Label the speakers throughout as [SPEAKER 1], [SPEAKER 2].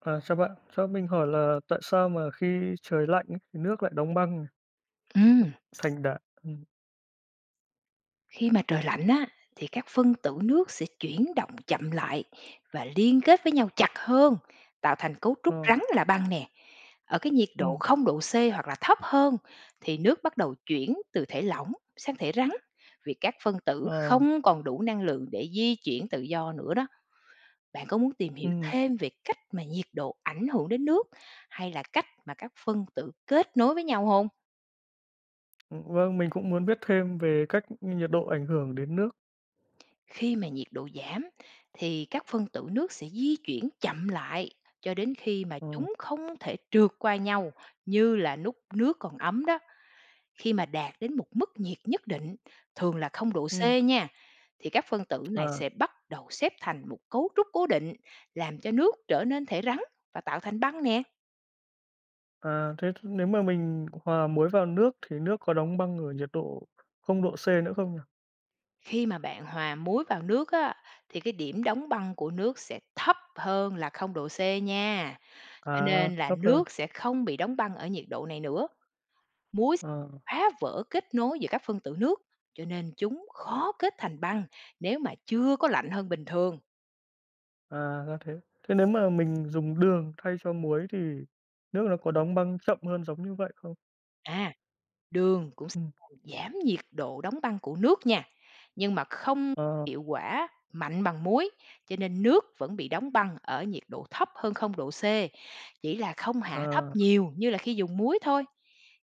[SPEAKER 1] À, chào bạn, cho mình hỏi là tại sao mà khi trời lạnh ấy, thì nước lại đóng băng
[SPEAKER 2] Ừm,
[SPEAKER 1] thành đá?
[SPEAKER 2] khi mà trời lạnh á thì các phân tử nước sẽ chuyển động chậm lại và liên kết với nhau chặt hơn, tạo thành cấu trúc
[SPEAKER 1] Ờ,
[SPEAKER 2] rắn là băng nè. Ở cái nhiệt độ
[SPEAKER 1] ừm,
[SPEAKER 2] không độ C hoặc là thấp hơn thì nước bắt đầu chuyển từ thể lỏng sang thể rắn vì các phân tử
[SPEAKER 1] ờ,
[SPEAKER 2] không còn đủ năng lượng để di chuyển tự do nữa đó. Bạn có muốn tìm hiểu
[SPEAKER 1] ừm,
[SPEAKER 2] thêm về cách mà nhiệt độ ảnh hưởng đến nước hay là cách mà các phân tử kết nối với nhau không?
[SPEAKER 1] vâng, mình cũng muốn biết thêm về cách nhiệt độ ảnh hưởng đến nước.
[SPEAKER 2] Khi mà nhiệt độ giảm thì các phân tử nước sẽ di chuyển chậm lại cho đến khi mà
[SPEAKER 1] Ờ,
[SPEAKER 2] chúng không thể trượt qua nhau như là nút nước còn ấm đó. Khi mà đạt đến một mức nhiệt nhất định, thường là không độ C
[SPEAKER 1] ừm,
[SPEAKER 2] nha, thì các phân tử này
[SPEAKER 1] à,
[SPEAKER 2] sẽ bắt đầu xếp thành một cấu trúc cố định, làm cho nước trở nên thể rắn và tạo thành băng nè.
[SPEAKER 1] à, nếu mà mình hòa muối vào nước thì nước có đóng băng ở nhiệt độ 0°C nữa không nhỉ?
[SPEAKER 2] Khi mà bạn hòa muối vào nước á, thì cái điểm đóng băng của nước sẽ thấp hơn là không độ C nha. Cho
[SPEAKER 1] À,
[SPEAKER 2] nên là
[SPEAKER 1] thấp hơn.
[SPEAKER 2] nước sẽ không bị đóng băng ở nhiệt độ này nữa,
[SPEAKER 1] Ờ,
[SPEAKER 2] phá vỡ kết nối giữa các phân tử nước, cho nên chúng khó kết thành băng nếu mà chưa có lạnh hơn bình thường.
[SPEAKER 1] à, ra thế. Thế nếu mà mình dùng đường thay cho muối thì nước nó có đóng băng chậm hơn giống như vậy không?
[SPEAKER 2] À, đường cũng sẽ
[SPEAKER 1] Ừm,
[SPEAKER 2] làm giảm nhiệt độ đóng băng của nước nha, nhưng mà không
[SPEAKER 1] ờ,
[SPEAKER 2] hiệu quả mạnh bằng muối, cho nên nước vẫn bị đóng băng ở nhiệt độ thấp hơn không độ C, chỉ là không hạ thấp
[SPEAKER 1] à,
[SPEAKER 2] nhiều như là khi dùng muối thôi.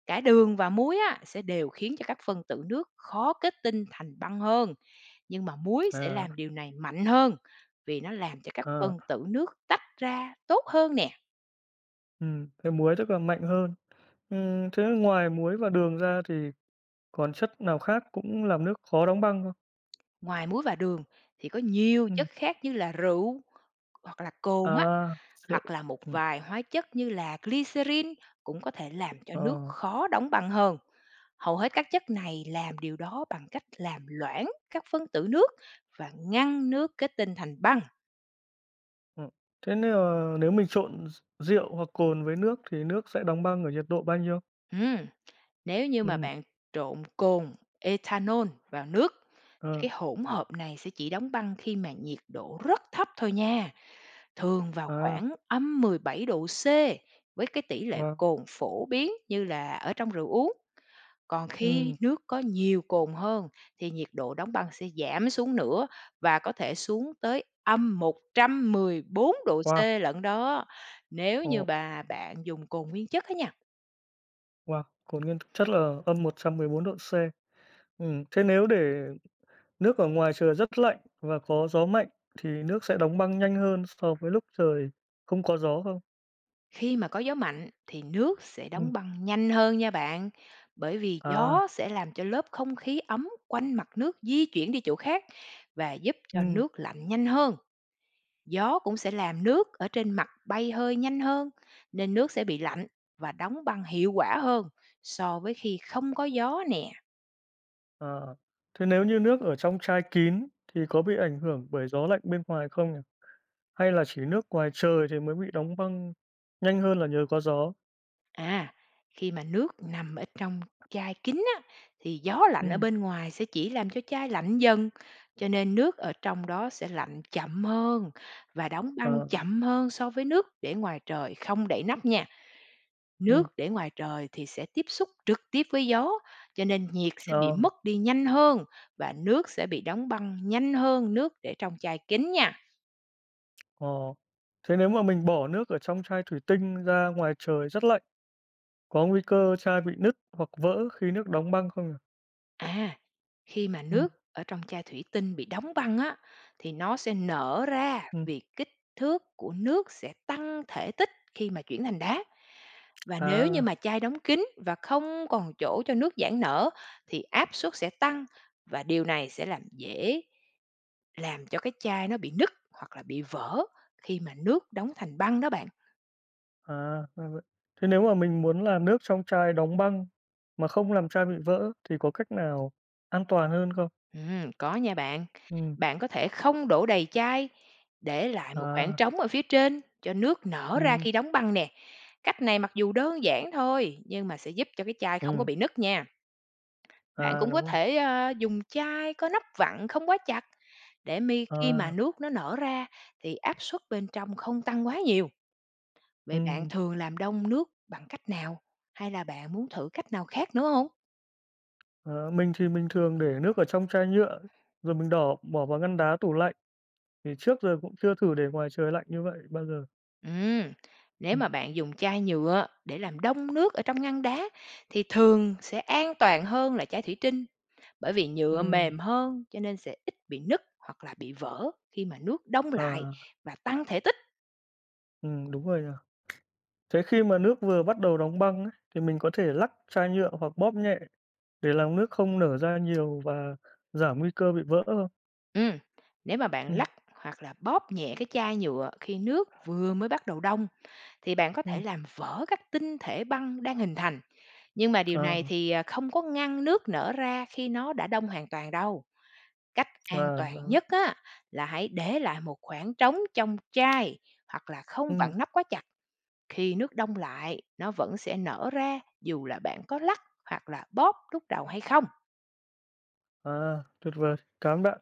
[SPEAKER 2] Cả đường và muối á, sẽ đều khiến cho các phân tử nước khó kết tinh thành băng hơn. Nhưng mà muối sẽ
[SPEAKER 1] à.
[SPEAKER 2] làm điều này mạnh hơn, vì nó làm cho các
[SPEAKER 1] À,
[SPEAKER 2] phân tử nước tách ra tốt hơn nè.
[SPEAKER 1] thế muối chắc là mạnh hơn. Thế ngoài muối và đường ra thì còn chất nào khác cũng làm nước khó đóng băng không?
[SPEAKER 2] Ngoài muối và đường thì có nhiều
[SPEAKER 1] Ừm,
[SPEAKER 2] chất khác như là rượu hoặc là cồn á,
[SPEAKER 1] à, rượu,
[SPEAKER 2] hoặc là một
[SPEAKER 1] ừm,
[SPEAKER 2] vài hóa chất như là glycerin cũng có thể làm cho nước
[SPEAKER 1] ờ,
[SPEAKER 2] khó đóng băng hơn. Hầu hết các chất này làm điều đó bằng cách làm loãng các phân tử nước và ngăn nước kết tinh thành băng.
[SPEAKER 1] ừm. Thế nếu mình trộn rượu hoặc cồn với nước thì nước sẽ đóng băng ở nhiệt độ bao nhiêu?
[SPEAKER 2] Ừm. Nếu như mà
[SPEAKER 1] Ừm,
[SPEAKER 2] bạn trộn cồn ethanol vào nước thì
[SPEAKER 1] ờ,
[SPEAKER 2] cái hỗn hợp này sẽ chỉ đóng băng khi mà nhiệt độ rất thấp thôi nha, thường vào
[SPEAKER 1] à,
[SPEAKER 2] khoảng âm 17 độ C với cái tỷ lệ
[SPEAKER 1] wow,
[SPEAKER 2] cồn phổ biến như là ở trong rượu uống. Còn khi
[SPEAKER 1] ừm,
[SPEAKER 2] nước có nhiều cồn hơn thì nhiệt độ đóng băng sẽ giảm xuống nữa và có thể xuống tới âm 114 độ C
[SPEAKER 1] wow,
[SPEAKER 2] lận đó. Nếu như
[SPEAKER 1] ồ,
[SPEAKER 2] bà bạn dùng cồn nguyên chất á nha.
[SPEAKER 1] wow, cồn nguyên thực chất là -114°C. Thế nếu để nước ở ngoài trời rất lạnh và có gió mạnh thì nước sẽ đóng băng nhanh hơn so với lúc trời không có gió không?
[SPEAKER 2] Khi mà có gió mạnh thì nước sẽ
[SPEAKER 1] Ừm,
[SPEAKER 2] đóng băng nhanh hơn nha bạn, bởi vì
[SPEAKER 1] à,
[SPEAKER 2] gió sẽ làm cho lớp không khí ấm quanh mặt nước di chuyển đi chỗ khác và giúp cho
[SPEAKER 1] ừm,
[SPEAKER 2] nước lạnh nhanh hơn. Gió cũng sẽ làm nước ở trên mặt bay hơi nhanh hơn, nên nước sẽ bị lạnh và đóng băng hiệu quả hơn so với khi không có gió nè.
[SPEAKER 1] à. Thế nếu như nước ở trong chai kín thì có bị ảnh hưởng bởi gió lạnh bên ngoài không nhỉ? Hay là chỉ nước ngoài trời thì mới bị đóng băng nhanh hơn là nhờ có gió?
[SPEAKER 2] À, khi mà nước nằm ở trong chai kín á, thì gió lạnh ở
[SPEAKER 1] Ừm,
[SPEAKER 2] bên ngoài sẽ chỉ làm cho chai lạnh dần, cho nên nước ở trong đó sẽ lạnh chậm hơn và đóng băng
[SPEAKER 1] à,
[SPEAKER 2] chậm hơn so với nước để ngoài trời không đậy nắp nha.
[SPEAKER 1] ừm,
[SPEAKER 2] Nước để ngoài trời thì sẽ tiếp xúc trực tiếp với gió, cho nên nhiệt sẽ bị
[SPEAKER 1] à,
[SPEAKER 2] mất đi nhanh hơn và nước sẽ bị đóng băng nhanh hơn nước để trong chai kín nha.
[SPEAKER 1] ờ. Thế nếu mà mình bỏ nước ở trong chai thủy tinh ra ngoài trời rất lạnh, có nguy cơ chai bị nứt hoặc vỡ khi nước đóng băng không nhỉ?
[SPEAKER 2] À, khi mà
[SPEAKER 1] Ừm,
[SPEAKER 2] nước ở trong chai thủy tinh bị đóng băng á thì nó sẽ nở ra
[SPEAKER 1] ừm,
[SPEAKER 2] vì kích thước của nước sẽ tăng thể tích khi mà chuyển thành đá. Và nếu như
[SPEAKER 1] à.
[SPEAKER 2] mà chai đóng kín và không còn chỗ cho nước giãn nở thì áp suất sẽ tăng và điều này sẽ làm dễ làm cho cái chai nó bị nứt hoặc là bị vỡ khi mà nước đóng thành băng đó bạn.
[SPEAKER 1] À, ra vậy. Thế nếu mà mình muốn làm nước trong chai đóng băng mà không làm chai bị vỡ thì có cách nào an toàn hơn không?
[SPEAKER 2] Có nha bạn.
[SPEAKER 1] Ừm.
[SPEAKER 2] Bạn có thể không đổ đầy chai, để lại một khoảng
[SPEAKER 1] À,
[SPEAKER 2] trống ở phía trên cho nước nở ra
[SPEAKER 1] ừm,
[SPEAKER 2] khi đóng băng nè. Cách này mặc dù đơn giản thôi, nhưng mà sẽ giúp cho cái chai không có
[SPEAKER 1] ừm,
[SPEAKER 2] bị nứt nha. Bạn
[SPEAKER 1] à,
[SPEAKER 2] cũng
[SPEAKER 1] đúng
[SPEAKER 2] có
[SPEAKER 1] rồi.
[SPEAKER 2] thể, dùng chai có nắp vặn không quá chặt, để mi khi mà
[SPEAKER 1] À,
[SPEAKER 2] nước nó nở ra thì áp suất bên trong không tăng quá nhiều. Vậy bạn
[SPEAKER 1] ừm,
[SPEAKER 2] thường làm đông nước bằng cách nào? Hay là bạn muốn thử cách nào khác nữa không?
[SPEAKER 1] ờ, mình thì mình thường để nước ở trong chai nhựa, rồi mình bỏ vào ngăn đá, tủ lạnh, thì trước giờ cũng chưa thử để ngoài trời lạnh như vậy bao giờ.
[SPEAKER 2] Ừm, nếu
[SPEAKER 1] Ừm.
[SPEAKER 2] mà bạn dùng chai nhựa để làm đông nước ở trong ngăn đá thì thường sẽ an toàn hơn là chai thủy tinh, bởi vì nhựa
[SPEAKER 1] Ừm,
[SPEAKER 2] mềm hơn cho nên sẽ ít bị nứt hoặc là bị vỡ khi mà nước đông lại
[SPEAKER 1] à,
[SPEAKER 2] và tăng thể tích.
[SPEAKER 1] đúng rồi nhỉ. Thế khi mà nước vừa bắt đầu đóng băng ấy, thì mình có thể lắc chai nhựa hoặc bóp nhẹ để làm nước không nở ra nhiều và giảm nguy cơ bị vỡ không?
[SPEAKER 2] Ừm, nếu mà bạn
[SPEAKER 1] Ừm,
[SPEAKER 2] lắc hoặc là bóp nhẹ cái chai nhựa khi nước vừa mới bắt đầu đông thì bạn có thể
[SPEAKER 1] ừm,
[SPEAKER 2] làm vỡ các tinh thể băng đang hình thành, nhưng mà điều
[SPEAKER 1] à,
[SPEAKER 2] này thì không có ngăn nước nở ra khi nó đã đông hoàn toàn đâu. Cách an
[SPEAKER 1] à,
[SPEAKER 2] toàn
[SPEAKER 1] đó,
[SPEAKER 2] nhất á, là hãy để lại một khoảng trống trong chai hoặc là không
[SPEAKER 1] ừm,
[SPEAKER 2] vặn nắp quá chặt. Khi nước đông lại, nó vẫn sẽ nở ra dù là bạn có lắc hoặc là bóp lúc đầu hay không.
[SPEAKER 1] à, tuyệt vời. Cảm ơn bạn.